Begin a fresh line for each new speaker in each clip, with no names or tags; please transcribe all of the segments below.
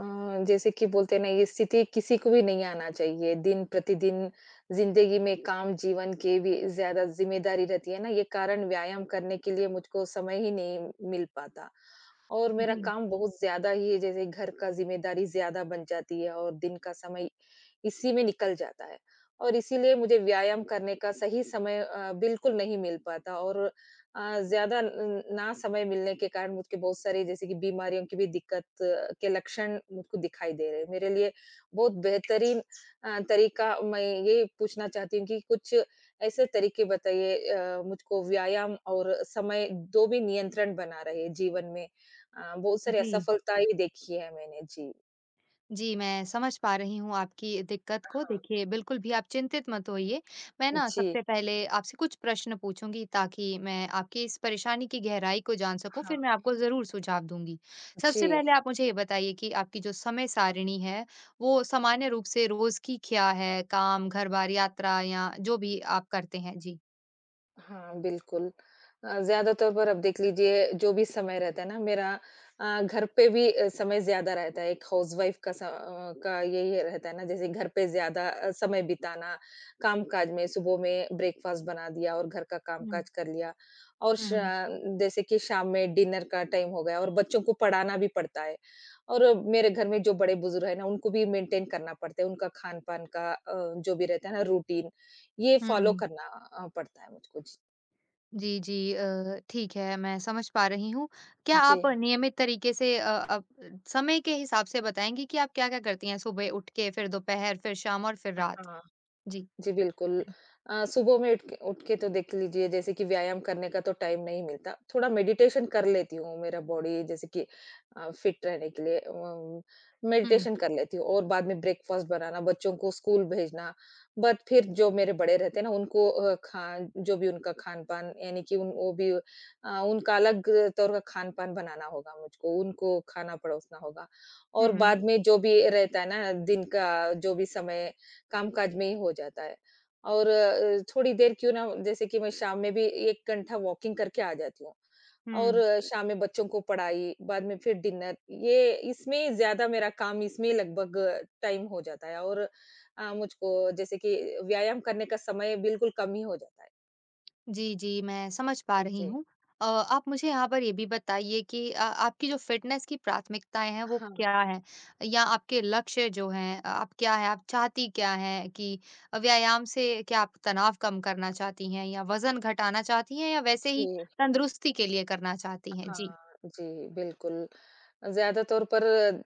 अ, जैसे कि बोलते हैं ना ये स्थिति किसी को भी नहीं आना चाहिए। दिन-प्रतिदिन ज़िंदगी में काम जीवन के भी ज़्यादा ज़िम्मेदारी रहती है ना, ये कारण व्यायाम करने के लिए मुझको समय ही नहीं मिल पाता। और मेरा
जी,
काम बहुत ज़्यादा ही जैसे घर का ज़िम्मेदारी ज़्यादा बन जाती है और दिन का समय इसी में निकल जाता है। और इसीलिए मुझे व्यायाम करने का सही समय बिल्कुल नहीं मिल पाता और ज़्यादा न ना समय मिलने के कारण मुझको बहुत सारी जैसे कि बीमारियों की भी दिक्कत के लक्षण मुझको दिखाई दे रहे हैं। मेरे लिए बहुत बेहतरीन तरीका मैं ये पूछना चाहती हूँ कि कुछ ऐसे तरीके बताइए, मुझको व्यायाम और समय 2 भी नियंत्रण बना रहे जीवन में। बहुत सारी
जी।
असफलता ही देखी है मैंने जी।
जी, मैं समझ पा रही हूँ आपकी दिक्कत को।
हाँ।
देखिए, बिल्कुल भी आप चिंतित मत होइए। मैं ना
जी,
सबसे पहले आपसे कुछ प्रश्न पूछूँगी ताकि मैं आपकी इस परेशानी की गहराई को जान सकूँ, फिर
हाँ।
मैं आपको ज़रूर सुझाव दूँगी।
जी।
सबसे पहले आप मुझे ये बताइए कि आपकी जो समय सारिणी है, वो सामान्य रूप से रोज़ की क्या है? काम, घर-बार, यात्रा या जो भी आप करते हैं? जी।
हाँ, बिल्कुल। ज़्यादातर पर अब देख लीजिए जो भी समय रहता है ना मेरा, घर पे भी समय ज़्यादा रहता है। एक हाउसवाइफ़ का का यही रहता है ना जैसे घर पे ज़्यादा समय बिताना, काम-काज में सुबह में ब्रेकफ़ास्ट बना दिया और घर का
हुँ।
काम-काज कर लिया और
हुँ,
श
हुँ।
जैसे कि शाम में डिनर का टाइम हो गया और बच्चों को पढ़ाना भी पड़ता है। और मेरे घर में जो बड़े-बुज़ुर्ग हैं ना उनको भी मेंटेन करना पड़ता है, उनका खान-पान का जो भी रहता है ना रूटीन ये फ़ॉलो
हुँ।
करना पड़ता है मुझको।
जी, जी। ठीक है, मैं समझ पा रही हूँ। क्या
जी
आप
हाँ।
नियमित तरीके से अब समय के हिसाब से बताएँगी कि आप क्या-क्या करती हैं? सुबह उठ के, फिर दोपहर, फिर शाम और फिर रात?
हाँ,
जी।
जी बिल्कुल। सुबह में उठ के तो देख लीजिए जैसे कि व्यायाम करने का तो टाइम नहीं मिलता। थोड़ा मेडिटेशन कर लेती हूँ, मेरा बॉडी जैसे कि फिट रहने के लिए
हुँ।
मेडिटेशन कर लेती हूँ और बाद में ब्रेकफ़ास्ट बनाना, बच्चों को स्कूल भेजना। बट फिर जो मेरे बड़े रहते हैं ना उनको अ, खा जो भी उनका खान-पान यानी कि उन वो भी अ, उनका अलग तौर का खान-पान बनाना होगा मुझको, उनको खाना परोसना होगा।
हुँ,
और
हुँ।
बाद में जो भी रहता है ना दिन का जो भी समय कामकाज में ही हो जाता है और थोड़ी देर क्यों ना जैसे कि मैं शाम में भी 1 घंटा वॉकिंग करके आ जाती हूँ और
हुँ।
शाम में बच्चों को पढ़ाई, बाद में फिर डिनर, ये इसमें ज़्यादा मेरा काम इसमें लगभग टाइम हो जाता है और मुझको जैसे कि व्यायाम करने का समय बिल्कुल कम ही हो जाता है।
जी, जी, मैं समझ पा रही
जी।
हूँ। आप मुझे यहाँ पर ये भी बताइए कि आपकी जो फ़िटनेस की प्राथमिकताएँ हैं, वो
हाँ,
क्या हैं? या आपके लक्ष्य जो हैं, आप क्या हैं? आप चाहती क्या हैं? कि व्यायाम से क्या आप तनाव कम करना चाहती हैं या वज़न घटाना चाहती हैं या वैसे ही
जी।
तंदुरुस्ती के लिए करना चाहती हैं? जी।
हाँ, जी, बिल्कुल। ज़्यादा तौर पर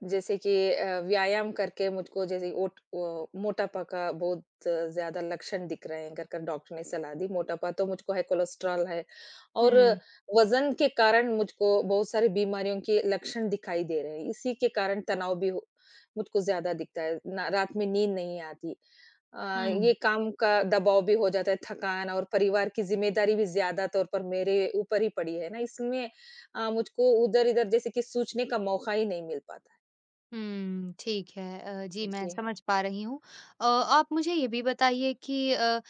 जैसे कि व्यायाम करके मुझको जैसे ओट वो मोटापा का बहुत ज़्यादा लक्षण दिख रहे हैं, कर-कर डॉक्टर ने सलाह दी। मोटापा तो मुझको है, कोलेस्ट्रॉल है और
हुँ।
वज़न के कारण मुझको बहुत सारी बीमारियों के लक्षण दिखाई दे रहे हैं। इसी के कारण तनाव भी हो मुझको ज़्यादा दिखता है। ना रात में नींद नहीं आती। अ,
हुँ।
ये काम का दबाव भी हो जाता है, थकान और परिवार की ज़िम्मेदारी भी ज़्यादा तौर पर मेरे ऊपर ही पड़ी है ना, इसमें मुझको उधर-इधर जैसे कि सोचने का मौका ही नहीं मिल पाता है।
हुँ, ठीक है। जी, मैं
जी हाँ।
समझ पा रही हूँ। आप मुझे ये भी बताइए कि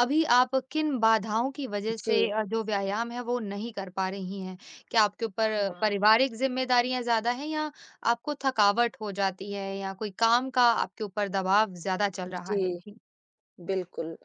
अभी आप किन बाधाओं की वजह से
जी।
जो व्यायाम है वो नहीं कर पा रही हैं? क्या आपके ऊपर
हाँ,
पारिवारिक ज़िम्मेदारियाँ ज़्यादा हैं या आपको थकावट हो जाती है या कोई काम का आपके ऊपर दबाव ज़्यादा चल रहा है?
जी।
जी।
बिल्कुल।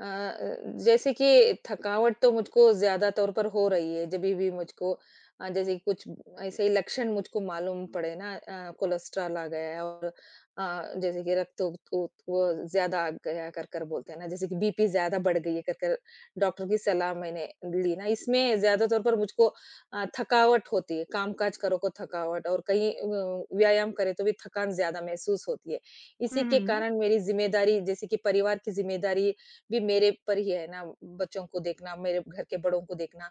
अ अ, जैसे कि थकावट तो मुझको ज़्यादा तौर पर हो रही है, जभी भी मुझको जैसे कि कुछ ऐसे ही लक्षण मुझको मालूम पड़े ना, कोलेस्ट्रॉल आ गया है और जैसे कि रक्त उत उत वो ज़्यादा आ गया कर-कर बोलते हैं ना, जैसे कि बीपी ज़्यादा बढ़ गई है कर-कर डॉक्टर की सलाह मैंने ली ना, इसमें ज़्यादा तौर पर मुझको थकावट होती है, काम-काज करो को थकावट और कहीं व्यायाम करें तो भी थकान ज़्यादा महसूस होती है। इसी
हुँ,
के
हुँ।
कारण मेरी ज़िम्मेदारी जैसे कि परिवार की ज़िम्मेदारी भी मेरे पर ही है ना, बच्चों को देखना, मेरे घर के बड़ों को देखना।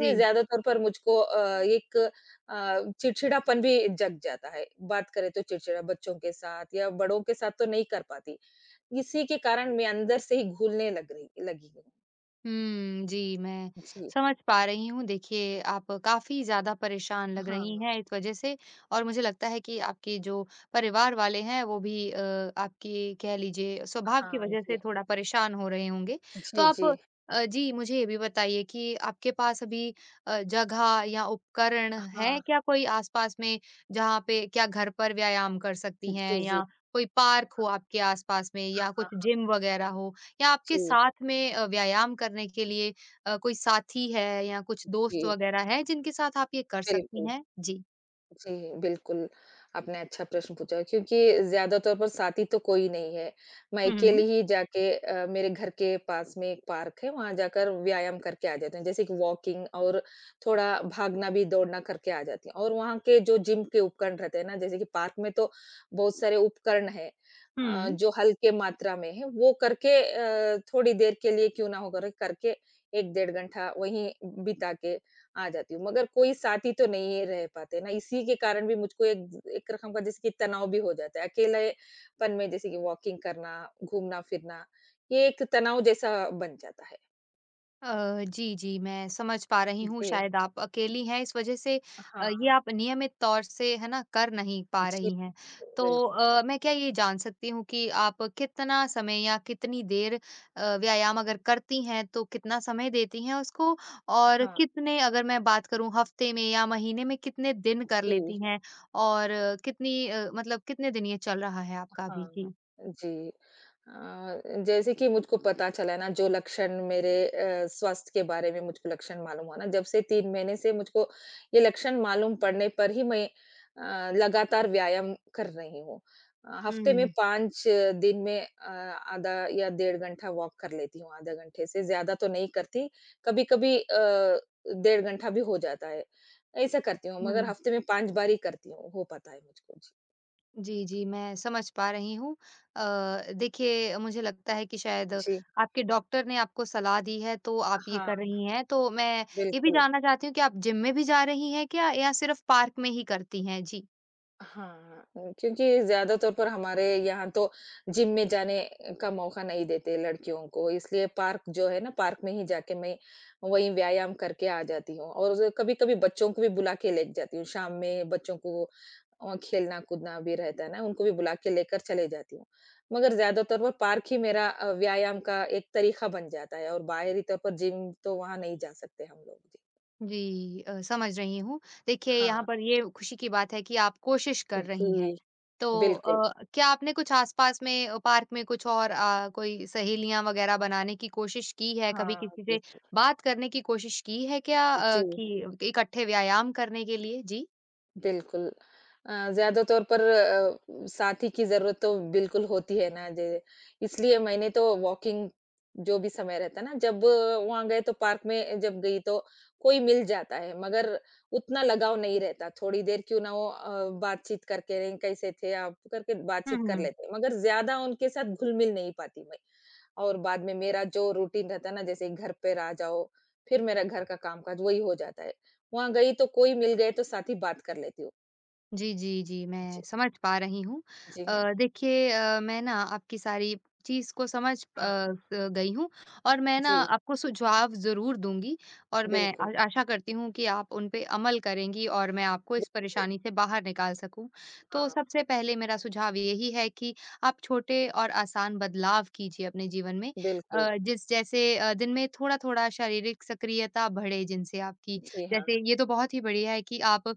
जी।
ज़्यादा तौर पर मुझको एक चिड़चिड़ापन भी जग जाता है। बात करें तो चिड़चिड़ा बच्चों के साथ या बड़ों के साथ तो नहीं कर पाती। इसी के कारण मैं अंदर से ही घुलने लग रही लगी हूँ।
हुँ, जी, मैं
जी।
समझ पा रही हूँ। देखिए, आप काफ़ी ज़्यादा परेशान लग रही
हाँ,
हैं इस वजह से और मुझे लगता है कि आपके जो परिवार वाले हैं, वो भी आपके कह लीजिए स्वभाव की
हाँ,
वजह से
जी।
थोड़ा परेशान हो रहे होंगे। तो
जी,
आप
जी।
जी, मुझे ये भी बताइए कि आपके पास अभी जगह या उपकरण है
हाँ।
क्या कोई आस-पास में, जहाँ पे क्या घर पर व्यायाम कर सकती हैं
जी, जी।
या कोई पार्क हो आपके आस-पास में या कुछ
हाँ,
जिम वगैरह हो? या आपके
जी,
साथ में व्यायाम करने के लिए कोई साथी है या कुछ दोस्त
जी,
वगैरह है जिनके साथ आप ये कर सकती
बिल्कुल।
हैं? जी।
जी, बिल्कुल, आपने अच्छा प्रश्न पूछा क्योंकि ज़्यादा तौर पर साथी तो कोई नहीं है। मैं
हुँ, हुँ।
अकेले ही जाके, मेरे घर के पास में एक पार्क है, वहाँ जाकर व्यायाम करके आ जाते हैं, जैसे कि वॉकिंग और थोड़ा भागना भी, दौड़ना करके आ जाती हूँ और वहाँ के जो जिम के उपकरण रहते हैं ना, जैसे कि पार्क में तो बहुत सारे उपकरण हैं,
हुँ।
जो हल्के मात्रा में हैं, वो करके थोड़ी देर के लिए क्यों ना हो, कर करके 1 डेढ़ घंटा वहीं बिता के आ जाती हूँ, मगर कोई साथी तो नहीं रह पाते ना, इसी के कारण भी मुझको एक एक रकम का जैसे कि तनाव भी हो जाता है। अकेलेपन में जैसे कि वॉकिंग करना, घूमना-फिरना, ये एक तनाव जैसा बन जाता है।
अ, जी, जी, मैं समझ पा रही हूँ
जी,
शायद आप अकेली हैं इस वज़ह से ये
हाँ,
आप नियमित तौर से है ना कर नहीं पा
जी,
रही हैं। तो
बिल्कुल।
मैं क्या ये जान सकती हूँ कि आप कितना समय या कितनी देर व्यायाम अगर करती हैं तो कितना समय देती हैं उसको? और
हाँ,
कितने अगर मैं बात करूँ हफ़्ते में या महीने में कितने दिन कर
जी,
लेती हैं? और मतलब कितने दिन ये चल रहा है आपका अभी?
हाँ,
जी।
जी। अ, जैसे कि मुझको पता चला है ना जो लक्षण मेरे, स्वास्थ्य के बारे में मुझको लक्षण मालूम हुआ ना जब से 3 महीने से मुझको ये लक्षण मालूम पड़ने पर ही मैं लगातार व्यायाम कर रही हूँ। हफ्ते में
हुँ,
5 दिन में आधा या डेढ़ घंटा वॉक कर लेती हूँ, आधा घंटे से ज़्यादा तो नहीं करती, कभी-कभी डेढ़ घंटा भी हो जाता है। ऐसा करती हूँ मगर
हुँ।
हफ्ते में 5 बार ही करती हूँ, हो पाता है मुझको। जी,
जी, जी, मैं समझ पा रही हूँ। देखिए मुझे लगता है कि शायद
जी हाँ।
आपके डॉक्टर ने आपको सलाह दी है तो आप ये
हाँ,
कर रही हैं। तो मैं ये भी
बिल्कुल।
जानना चाहती हूँ कि आप जिम में भी जा रही हैं क्या या सिर्फ़ पार्क में ही करती हैं? जी।
हाँ, क्योंकि ज़्यादा तौर पर हमारे यहाँ तो जिम में जाने का मौका नहीं देते लड़कियों को, इसलिए पार्क जो है ना, पार्क में ही जाके मैं वहीं व्यायाम करके आ जाती हूँ और कभी-कभी बच्चों को भी बुला के ले जाती हूँ। शाम में बच्चों को खेलना-कूदना भी रहता है ना, उनको भी बुला के लेकर चले जाती हूँ। मगर ज़्यादा तौर पर पार्क ही मेरा व्यायाम का एक तरीका बन जाता है और बाहरी तौर पर जिम तो वहाँ नहीं जा सकते हम लोग। जी।
जी समझ रही हूँ। देखिए यहाँ
हाँ,
पर ये खुशी की बात है कि आप कोशिश कर रही हैं।
जी,
तो
बिल्कुल।
क्या आपने कुछ आस-पास में पार्क में कुछ और कोई सहेलियाँ वग़ैरह बनाने की कोशिश की है? कभी
हाँ,
किसी से
बिल्कुल।
बात करने की कोशिश की है क्या
जी।
कि इकट्ठे व्यायाम करने के लिए? जी।
बिल्कुल। ज़्यादा तौर पर साथी की ज़रूरत तो बिल्कुल होती है ना जे इसलिए मैंने तो वॉकिंग जो भी समय रहता है ना, जब वहाँ गए तो पार्क में जब गई तो कोई मिल जाता है, मगर उतना लगाव नहीं रहता। थोड़ी देर क्यों ना हो, बातचीत करके रहे, कैसे थे आप करके
हुँ,
बातचीत कर
हुँ।
लेते हैं, मगर ज़्यादा उनके साथ घुल-मिल नहीं पाती मैं। और बाद में मेरा जो रूटीन रहता है ना, जैसे घर पे आ जाओ, फिर मेरा घर का काम-काज वही हो जाता है। वहाँ गई तो कोई मिल गए तो साथ ही बात कर लेती हूँ।
जी, जी, जी, मैं
जी,
समझ पा रही हूँ।
जी हाँ।
देखिए मैं ना आपकी सारी चीज़ को समझ अ,
हाँ,
स गई हूँ और मैं ना
जी,
आपको सुझाव ज़रूर दूँगी और मैं आ
बिल्कुल,
आशा करती हूँ कि आप उन पे अमल करेंगी और मैं आपको इस
बिल्कुल,
परेशानी से बाहर निकाल सकूँ। तो
हाँ,
सबसे पहले मेरा सुझाव यही है कि आप छोटे और आसान बदलाव कीजिए अपने जीवन में।
बिल्कुल,
अ, जिस जैसे अ, दिन में थोड़ा-थोड़ा शारीरिक सक्रियता बढ़े जिनसे आपकी
जी हाँ,
जैसे ये तो बहुत ही बढ़िया है कि आप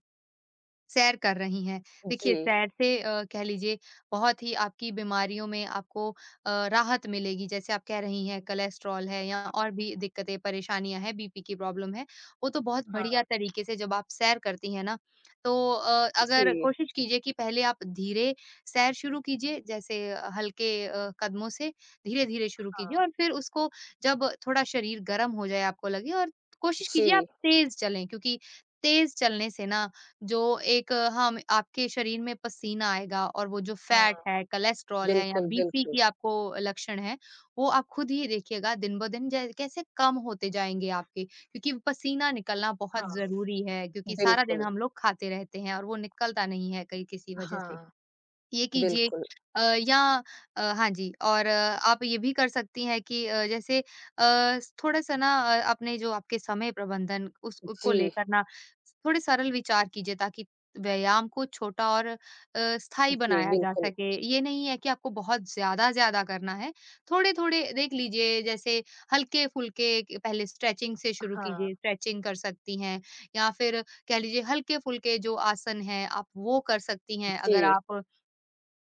सैर कर रही हैं। देखिए
जी,
सैर से कह लीजिए बहुत ही आपकी बीमारियों में आपको राहत मिलेगी। जैसे आप कह रही हैं कोलेस्ट्रॉल है या और भी दिक्कतें, परेशानियाँ हैं, बीपी की प्रॉब्लम है। वो तो बहुत
हाँ,
बढ़िया तरीके से जब आप सैर करती हैं ना, तो अगर
जी,
कोशिश कीजिए कि पहले आप धीरे सैर शुरू कीजिए, जैसे हल्के कदमों से धीरे-धीरे शुरू
हाँ,
कीजिए और फिर उसको जब थोड़ा शरीर गर्म हो जाए, आपको लगे और कोशिश कीजिए आप
जी,
तेज़ चलें क्योंकि तेज़ चलने से ना जो हम आपके शरीर में पसीना आएगा और वो जो
हाँ,
फैट है, कोलेस्ट्रॉल है या
बिल्कुल,
बीपी
बिल्कुल,
की आपको लक्षण है, वो आप खुद ही देखिएगा दिन-ब-दिन जै कैसे कम होते जाएँगे आपके क्योंकि पसीना निकलना बहुत
हाँ,
ज़रूरी है क्योंकि सारा दिन
बिल्कुल,
हम लोग खाते रहते हैं और वो निकलता नहीं है कहीं किसी वजह से।
हाँ,
ये कीजिए
बिल्कुल,
या हाँ जी और आप ये भी कर सकती हैं कि जैसे थोड़ा-सा ना अपने जो आपके समय प्रबंधन उस को
जी,
लेकर ना थोड़े सरल विचार कीजिए ताकि व्यायाम को छोटा और स्थायी
जी,
बनाया जा
बिल्कुल,
सके। ये नहीं है कि आपको बहुत ज़्यादा, ज़्यादा करना है। थोड़े-थोड़े देख लीजिए जैसे हल्के-फुल्के क पहले स्ट्रेचिंग से शुरू
हाँ,
कीजिए, स्ट्रेचिंग कर सकती हैं या फिर कह लीजिए हल्के-फुल्के जो आसन हैं आप वो कर सकती हैं। अगर
जी,
आप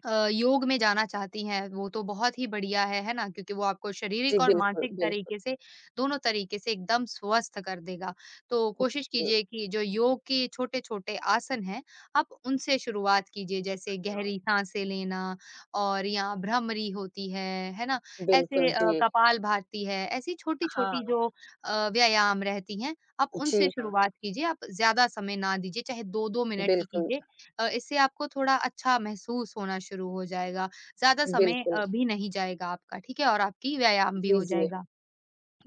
योग में जाना चाहती हैं, वो तो बहुत ही बढ़िया है ना? क्योंकि वो आपको
जी,
शारीरिक और
बिल्कुल,
मानसिक
बिल्कुल,
तरीके से, दोनों तरीके से एकदम स्वस्थ कर देगा। तो कोशिश
हुँ,
कीजिए कि जो योग के छोटे-छोटे आसन हैं, आप उनसे शुरुआत कीजिए, जैसे
हाँ,
गहरी साँसें लेना और या भ्रामरी होती है ना? ऐसे
बिल्कुल, जी,
कपालभाति है, ऐसी
हाँ,
छोटी-छोटी जो व्यायाम रहती हैं, आप
जी
उनसे
हाँ,
शुरुआत कीजिए। आप ज़्यादा समय ना दीजिए, चाहे 2-2 मिनट ही
बिल्कुल,
कीजिए। इससे आपको थोड़ा अच्छा महसूस होना शुरू हो जाएगा। ज़्यादा समय
बिल्कुल,
भी नहीं जाएगा आपका, ठीक है? और आपकी व्यायाम भी
जी,
हो
जी,
जाएगा।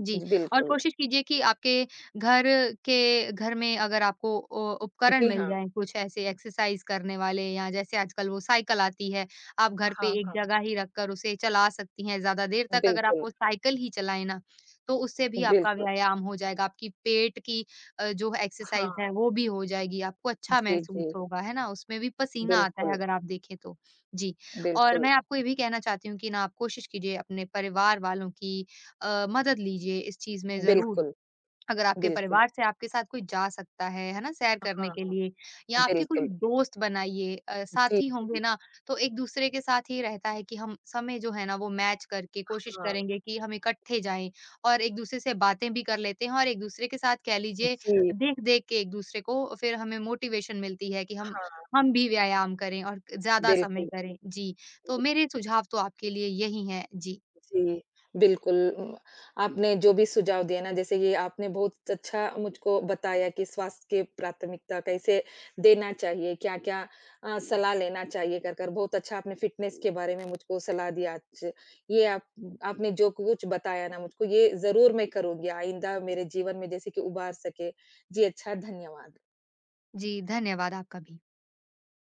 जी,
जी,
और
बिल्कुल,
कोशिश कीजिए कि आपके घर घर में अगर आपको उपकरण
जी
मिल
हाँ,
जाएँ कुछ ऐसे एक्सरसाइज़ करने वाले या जैसे आजकल वो साइकिल आती है, आप घर पे
हाँ,
एक
हाँ,
जगह ही रखकर उसे चला सकती हैं, ज़्यादा देर तक अगर आप
बिल्कुल,
वो साइकिल ही चलाएँ ना, तो उससे भी आपका
बिल्कुल,
व्यायाम हो जाएगा, आपकी पेट की जो एक्सरसाइज़
हाँ,
है वो भी हो जाएगी, आपको अच्छा
जी,
महसूस
जी।
होगा, है ना? उसमें भी पसीना आता है
बिल्कुल,
अगर आप देखें तो। जी, और
बिल्कुल,
मैं आपको ये भी कहना चाहती हूँ कि ना आप कोशिश कीजिए अपने परिवार वालों की मदद लीजिए इस चीज़ में ज़रूर।
बिल्कुल,
अगर आपके
बिल्कुल।
परिवार से आपके साथ कोई जा सकता है ना? सैर करने
हाँ,
के लिए या आपके कुछ
बिल्कुल।
दोस्त बनाइए
जी,
साथी होंगे
जी।
ना तो एक-दूसरे के साथ ये रहता है कि हम समय जो है ना वो मैच करके कोशिश
हाँ।
करेंगे कि हम इकट्ठे जाएँ और एक-दूसरे से बातें भी कर लेते हैं और एक-दूसरे के साथ कह लीजिए
जी,
देख-देख के एक-दूसरे को फिर हमें मोटिवेशन मिलती है कि हम
हाँ,
हम भी व्यायाम करें और ज़्यादा समय
बिल्कुल।
करें। जी, तो मेरे सुझाव तो आपके लिए यही हैं। जी।
जी, बिल्कुल। आपने जो भी सुझाव दिया ना जैसे ये आपने बहुत अच्छा मुझको बताया कि स्वास्थ्य की प्राथमिकता कैसे देना चाहिए, क्या-क्या सलाह लेना चाहिए कर, कर बहुत अच्छा आपने फ़िटनेस के बारे में मुझको सलाह दिया आज। ये आप आपने जो कुछ बताया ना मुझको ये ज़रूर मैं करूँगी आइंदा मेरे जीवन में जैसे कि उबार सके। जी अच्छा, धन्यवाद।
जी, धन्यवाद आपका भी।